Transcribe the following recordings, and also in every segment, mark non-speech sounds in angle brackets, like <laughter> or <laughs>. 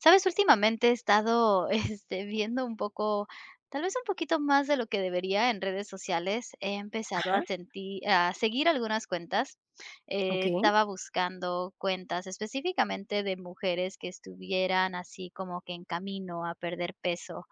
Sabes, últimamente he estado, <laughs> viendo un poco, tal vez un poquito más de lo que debería en redes sociales. He empezado a Ajá, sentir a seguir algunas cuentas. Okey, Estaba buscando cuentas específicamente de mujeres que estuvieran así como que en camino a perder peso.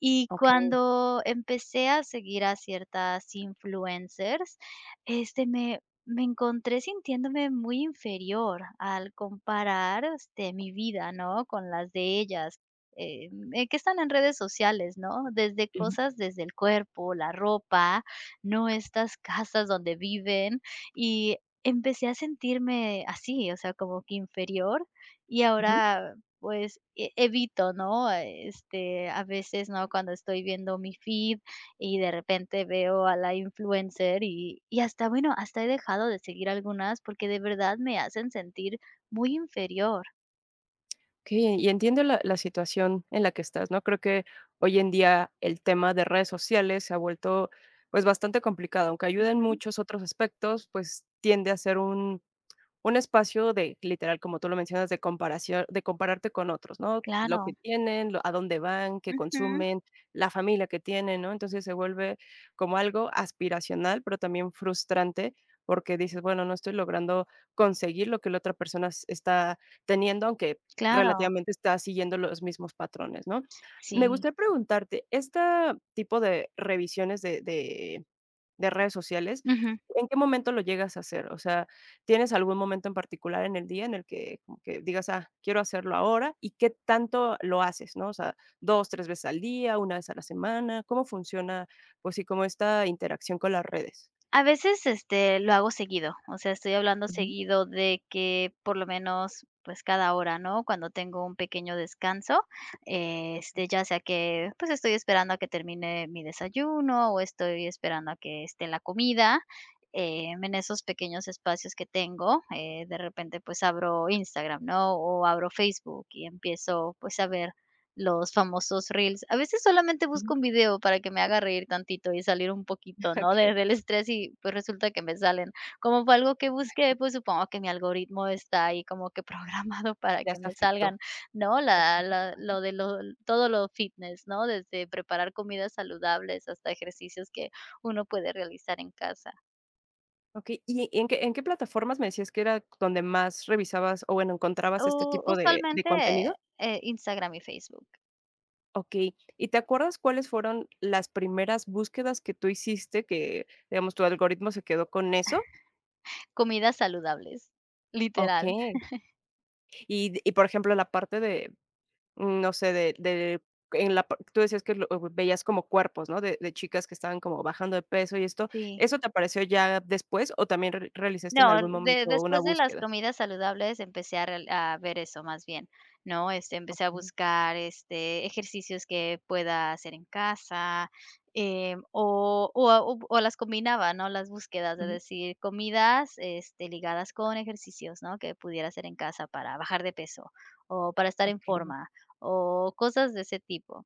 Y okey. cuando empecé a seguir a ciertas influencers, este, me me encontré sintiéndome muy inferior al comparar, mi vida, ¿no?, con las de ellas, que están en redes sociales, ¿no? Desde Ujú, cosas desde el cuerpo, la ropa, no estas casas donde viven, y empecé a sentirme así, o sea, como que inferior, y ujú. ahora, pues, evito, ¿no? A veces, ¿no?, cuando estoy viendo mi feed, y de repente veo a la influencer y hasta, bueno, hasta he dejado de seguir algunas porque de verdad me hacen sentir muy inferior. Okey, y entiendo la situación en la que estás, ¿no? Creo que hoy en día el tema de redes sociales se ha vuelto, pues, bastante complicado. Aunque ayuda en Ujú. muchos otros aspectos, pues, tiende a ser un espacio de, literal, como tú lo mencionas, de comparación, de compararte con otros, ¿no? Lo Claro. que tienen, lo a dónde van, qué Ujú. consumen, la familia que tienen, ¿no? Entonces se vuelve como algo aspiracional, pero también frustrante, porque dices: "Bueno, no estoy logrando conseguir lo que la otra persona s está teniendo, aunque Claro. relativamente está siguiendo los mismos patrones", ¿no? Me Sí. gustaría preguntarte, tipo de revisiones de redes sociales, Ujú. ¿en qué momento lo llegas a hacer? O sea, ¿tienes algún momento en particular en el día en el que como que digas: "Ah, quiero hacerlo ahora"? ¿Y qué tanto lo haces, no? O sea, 2, 3 veces al día, una vez a la semana, ¿cómo funciona, pues sí, como esta interacción con las redes? A veces, lo hago seguido, o sea, estoy hablando Ujú, seguido de que por lo menos, pues, cada hora, ¿no? Cuando tengo un pequeño descanso, okey, ya sea que, pues, estoy esperando a que termine mi desayuno o estoy esperando a que esté la comida, en esos pequeños espacios que tengo, de repente, pues, abro Instagram, ¿no? O abro Facebook y empiezo, pues, a ver los famosos reels. A veces solamente busco ujú. un video para que me haga reír tantito y salir un poquito, <laughs> ¿no? De Okey, del estrés y, pues, resulta que me salen. Como fue algo que busqué, pues, supongo que mi algoritmo está ahí como que programado <laughs> para ya que se me afectó salgan, ¿no? a La ti. la lo de lo todo lo fitness, ¿no? Desde preparar comidas saludables hasta ejercicios que uno puede realizar en casa. ¿Y en qué plataformas me decías que era donde más revisabas o, bueno, U encontrabas este tipo de Usualmente, contenido? Instagram y Facebook. Okey, ¿y te acuerdas cuáles fueron las primeras búsquedas que tú hiciste que, digamos, tu algoritmo se quedó con eso? Comidas saludables, literal, Okey, y d y, por ejemplo, la parte de, no sé, de en la par tú decías que lo veías como cuerpos, ¿no?, de chicas que estaban como bajando de peso y esto, sí. ¿eso te apareció ya después o también re realizaste en No, algún de momento una después de las búsqueda? comidas saludables empecé a ver eso más bien, ¿no? Empecé a Okey, buscar, ejercicios que pueda hacer en casa, em, o a o o las combinaba, ¿no? Las búsquedas de ujú, decir comidas, ligadas con ejercicios, ¿no? Que pudiera hacer en casa para bajar de peso, o para estar en okey. forma, o cosas de ese tipo.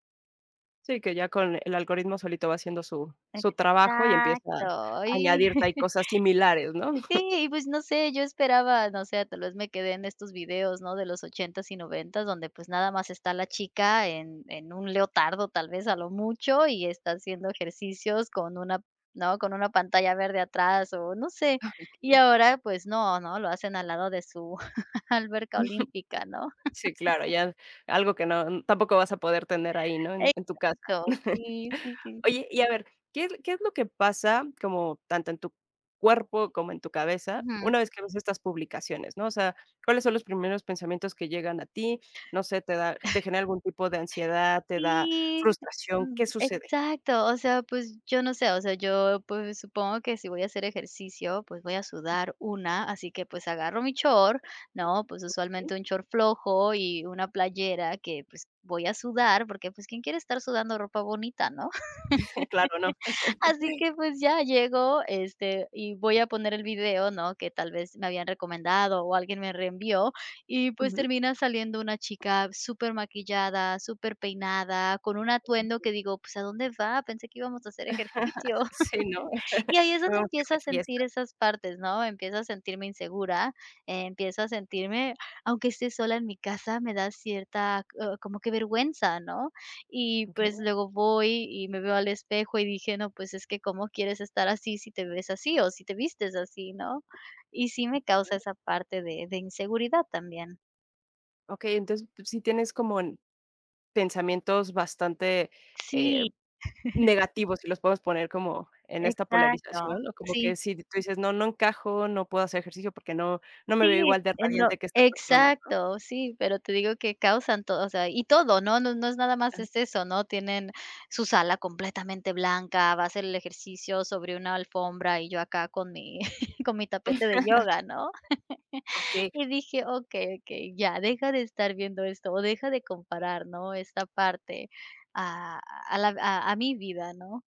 Sí, que ya con el algoritmo solito va haciendo su su trabajo y empieza a Exacto, y añadirte ahí cosas similares, ¿no? sí, y pues no sé, yo esperaba, no sé, tal vez me quedé en estos videos, ¿no? De los ochentas y noventas donde pues nada más está la chica en un leotardo, tal vez a lo mucho, y está haciendo ejercicios con una, ¿no? Con una pantalla verde atrás o no sé. <laughs> Y Okey. ahora pues no, ¿no? Lo hacen al lado de su <laughs> alberca olímpica, ¿no? Sí, claro, ya algo que no tampoco vas a poder tener ahí, ¿no? En tu casa. Exacto, <laughs> sí, sí, sí. Oye, y a ver, qué es lo que pasa como tanto en tu cuerpo como en tu cabeza Ujú. una vez que ves estas publicaciones, no? O sea, ¿cuáles son los primeros pensamientos que llegan a ti? No sé, ¿te da te genera algún tipo de ansiedad, te da Sí, frustración? ¿Qué sucede? exacto. O sea, pues yo no sé, o sea, yo pues supongo que si voy a hacer ejercicio, pues voy a sudar una, así que pues agarro mi short, ¿no? Pues usualmente un short flojo y una playera que pues voy a sudar, porque pues quién quiere estar sudando ropa bonita, ¿no? <laughs> Claro, ¿no? Así que, pues, ya llego, y voy a poner el video, ¿no?, que tal vez me habían recomendado o alguien me reenvió, y, pues, Ujú. termina saliendo una chica súper maquillada, supermaquillada, peinada, con un atuendo que digo: "Pues, ¿a dónde va? Pensé que íbamos a hacer ejercicio". <laughs> Sí, ¿no? Y ahí es donde Vamos a ir empiezo de a fiesta. sentir esas partes, ¿no? Empiezo a sentirme insegura, empiezo a sentirme, aunque esté sola en mi casa, me da cierta, como que vergüenza, ¿no? Y Okey. pues luego voy y me veo al espejo y dije, no, pues es que cómo quieres estar así si te ves así o si te vistes así, ¿no? Y sí me causa esa parte de inseguridad también. Okey, entonces, tú sí tienes como en- pensamientos bastante, eh Sí, negativos, si los podemos poner como en esta exacto. polarización, o como Sí. que si tú dices: "No, no encajo, no puedo hacer ejercicio porque no no me veo Sí, igual de no radiante que esta persona". exacto, sí, pero te digo que causan todo, o sea, y todo, ¿no? No es nada más Ah, es eso, ¿no? Tienen su sala completamente blanca, va a hacer el ejercicio sobre una alfombra y yo acá con mi <laughs> con mi tapete de yoga, ¿no? <laughs> okey, Y dije: "Okey, okey, ya, deja de estar viendo esto, o deja de comparar, ¿no? Esta parte a a la a mi vida", ¿no?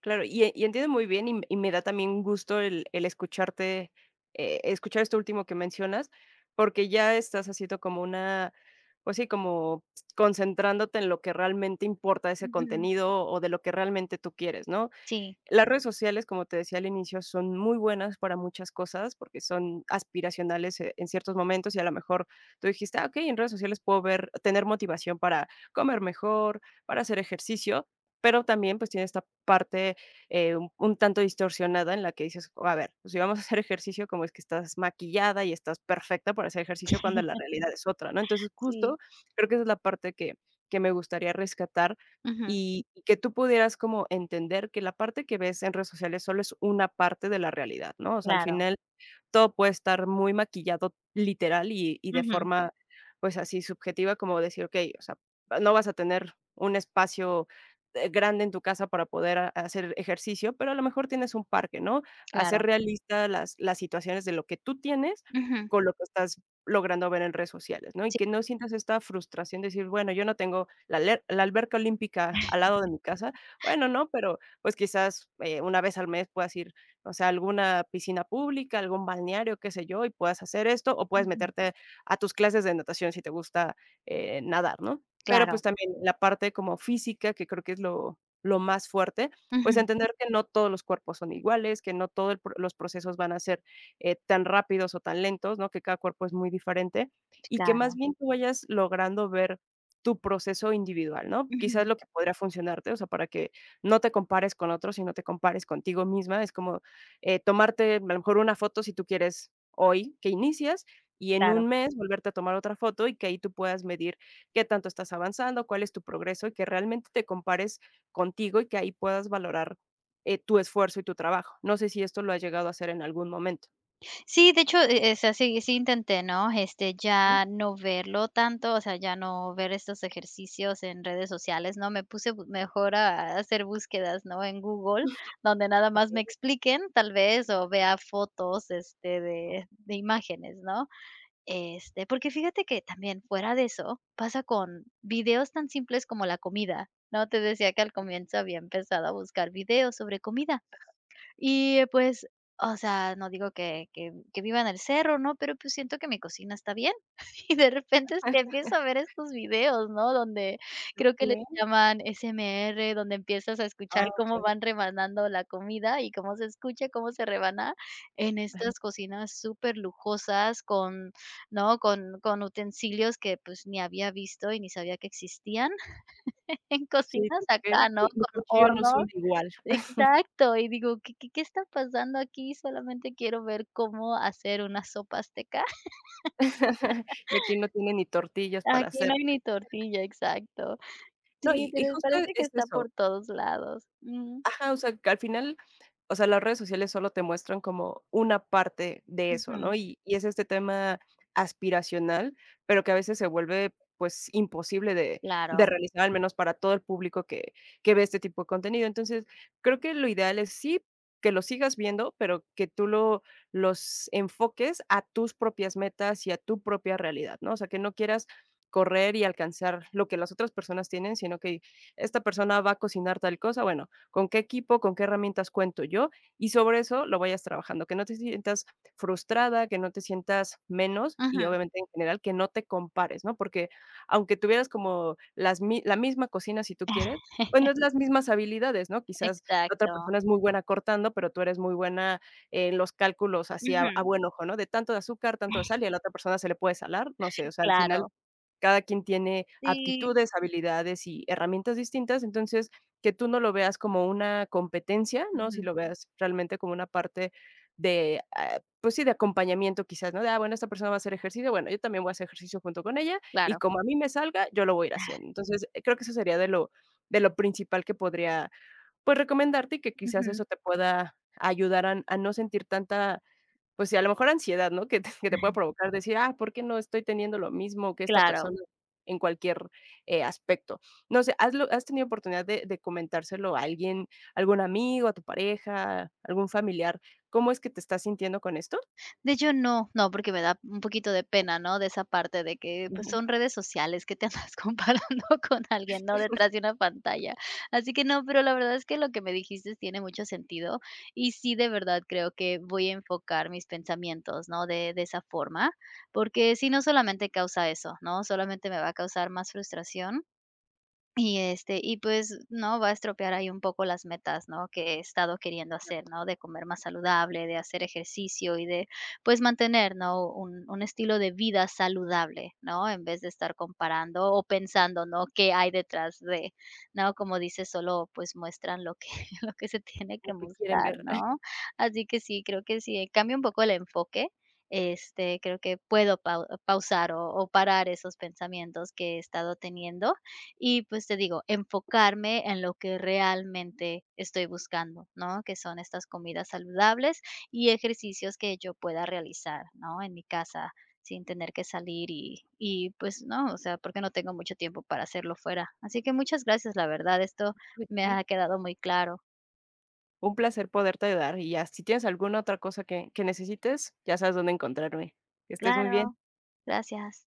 claro, y entiendo muy bien, y me da también gusto el escucharte, escuchar esto último que mencionas, porque ya estás haciendo como una, pues sí, como concentrándote en lo que realmente importa de ese Ujú. contenido, o de lo que realmente tú quieres, ¿no? Sí. Las redes sociales, como te decía al inicio, son muy buenas para muchas cosas porque son aspiracionales, en ciertos momentos, y a lo mejor tú dijiste: "Ah, okey, en redes sociales puedo ver tener motivación para comer mejor, para hacer ejercicio", pero también, pues, tiene esta parte, un tanto distorsionada en la que dices: "A ver, pues, si vamos a hacer ejercicio, como es que estás maquillada y estás perfecta para hacer ejercicio?", cuando <laughs> la realidad es otra, ¿no? Entonces, Sí. justo creo que esa es la parte que me gustaría rescatar Ujú. Y que tú pudieras como entender que la parte que ves en redes sociales solo es una parte de la realidad, ¿no? O sea, al Claro. final todo puede estar muy maquillado, literal, y de Ujú. forma, pues, así subjetiva, como decir, okey, o sea, no vas a tener un espacio, grande en tu casa para poder ha hacer ejercicio, pero a lo mejor tienes un parque, ¿no? Hacer Claro. realista las situaciones de lo que tú tienes Ujú. con lo que estás logrando ver en redes sociales, ¿no? Y Sí. que no sientas esta frustración de decir, bueno, yo no tengo la aler la alberca olímpica al lado de mi casa. Bueno, no, pero, pues, quizás, una vez al mes puedas ir, o sea, alguna piscina pública, algún balneario, qué sé yo, y puedas hacer esto, o puedes Ujú. meterte a tus clases de natación si te gusta, nadar, ¿no? Pero, Claro, pues, también la parte como física, que creo que es lo más fuerte, pues, ujú, entender que no todos los cuerpos son iguales, que no todos los procesos van a ser, tan rápidos o tan lentos, ¿no? Que cada cuerpo es muy diferente, y que más claro, bien tú vayas logrando ver tu proceso individual, ¿no? Quizás ujú, lo que podría funcionarte, o sea, para que no te compares con otros, sino te compares contigo misma, es como tomarte a lo mejor una foto si tú quieres hoy que inicias y en claro. un mes volverte a tomar otra foto y que ahí tú puedas medir qué tanto estás avanzando, cuál es tu progreso y que realmente te compares contigo y que ahí puedas valorar tu esfuerzo y tu trabajo. No sé si esto lo has llegado a hacer en algún momento. Sí, de hecho, es así, sí intenté, ¿no? Ujú. Ya no verlo tanto, o sea, ya no ver estos ejercicios en redes sociales, ¿no? Me puse bu mejor a hacer búsquedas, ¿no? En Google, donde nada más me Okey, expliquen, tal vez, o vea fotos, de imágenes, ¿no? Porque fíjate que también fuera de eso, pasa con videos tan simples como la comida, ¿no? Te decía que al comienzo había empezado a buscar videos sobre comida. Y, pues, o sea, no digo que viva en el cerro, ¿no? Pero, pues, siento que mi cocina está bien. <laughs> Y de repente, empiezo a ver estos videos, ¿no? Donde creo que les okey. llaman ASMR donde empiezas a Ah, escuchar cómo okey. van rebanando la comida y cómo se escucha, cómo se rebana en estas cocinas súper lujosas con, ¿no? Con utensilios que, pues, ni había visto y ni sabía que existían <laughs> en Sí, cocinas acá, okey. ¿no? Mi mi Con cuchillo no hornos. suena igual. Exacto, y digo: "¿Qué está pasando aquí? Solamente quiero ver cómo hacer una sopa azteca. <laughs> <laughs> Y aquí no tiene ni tortillas para Aquí no hacer hay ni tortilla", exacto. No, Sí, y pero justo parece que es está eso. por todos lados. Ajá, o sea, que al final, o sea, las redes sociales solo te muestran como una parte de eso, Ujú, ¿no? Y es este tema aspiracional, pero que a veces se vuelve, pues, imposible de claro. realizar, al menos para todo el público que ve este tipo de contenido. Entonces, creo que lo ideal es sí, que lo sigas viendo, pero que tú lo los enfoques a tus propias metas y a tu propia realidad, ¿no? O sea, que no quieras correr y alcanzar lo que las otras personas tienen, sino que esta persona va a cocinar tal cosa, bueno, con qué equipo, con qué herramientas cuento yo y sobre eso lo vayas trabajando, que no te sientas frustrada, que no te sientas menos y Ujú. obviamente en general que no te compares, ¿no? Porque aunque tuvieras como las mi la misma cocina si tú quieres, pues no <laughs> es las mismas habilidades, ¿no? Quizás la otra Exacto. persona es muy buena cortando, pero tú eres muy buena en los cálculos así Ujú. a buen ojo, ¿no? De tanto de azúcar, tanto de sal, <laughs> y a la otra persona se le puede salar, no sé, o sea, al final Claro. cada quien tiene Sí. aptitudes, habilidades y herramientas distintas, entonces, que tú no lo veas como una competencia, ¿no? Si Ujú, lo veas realmente como una parte de, ah, pues sí, de acompañamiento quizás, ¿no? De, ah, bueno, esta persona va a hacer ejercicio, bueno, yo también voy a hacer ejercicio junto con ella, y claro. como a mí me salga, yo lo voy a ir haciendo. Entonces, creo que eso sería de lo principal que podría, pues, recomendarte y que quizás Ujú, eso te pueda ayudar a no sentir tanta pues sí, a lo mejor ansiedad, ¿no? Que te puede provocar decir: "Ah, ¿por qué no estoy teniendo lo mismo que esta claro. persona en cualquier, aspecto?". No sé, ¿has lo has tenido oportunidad de comentárselo a alguien, algún amigo, a tu pareja, algún familiar? ¿Cómo es que te estás sintiendo con esto? De hecho, no, no, porque me da un poquito de pena, ¿no? De esa parte de que, pues, Ujú, son redes sociales, que te andas <laughs> comparando con alguien, ¿no? Detrás de una pantalla. Así que no, pero la verdad es que lo que me dijiste tiene mucho sentido y sí, de verdad creo que voy a enfocar mis pensamientos, ¿no? De esa forma, porque si no solamente causa eso, ¿no? Solamente me va a causar más frustración y, y pues, no, va a estropear ahí un poco las metas, ¿no? Que he estado queriendo hacer, ¿no? De comer más saludable, de hacer ejercicio y de, pues, mantener, ¿no? Un estilo de vida saludable, ¿no? En vez de estar comparando o pensando, ¿no? ¿Qué hay detrás de, ¿no? Como dice, solo pues muestran lo que, <laughs> lo que se tiene <laughs> lo que que quieren mostrar, ver. <laughs> ¿no? Así que sí, creo que sí, cambia un poco el enfoque. Creo que puedo pausar o parar esos pensamientos que he estado teniendo y, pues, te digo, enfocarme en lo que realmente estoy buscando, ¿no? Que son estas comidas saludables y ejercicios que yo pueda realizar, ¿no? En mi casa, sin tener que salir y, pues, no, o sea, porque no tengo mucho tiempo para hacerlo fuera. Así que muchas gracias, la verdad, esto me Okey. ha quedado muy claro. Un placer poderte ayudar y ya, si tienes alguna otra cosa que necesites, ya sabes dónde encontrarme. Que estés muy bien. Claro, gracias.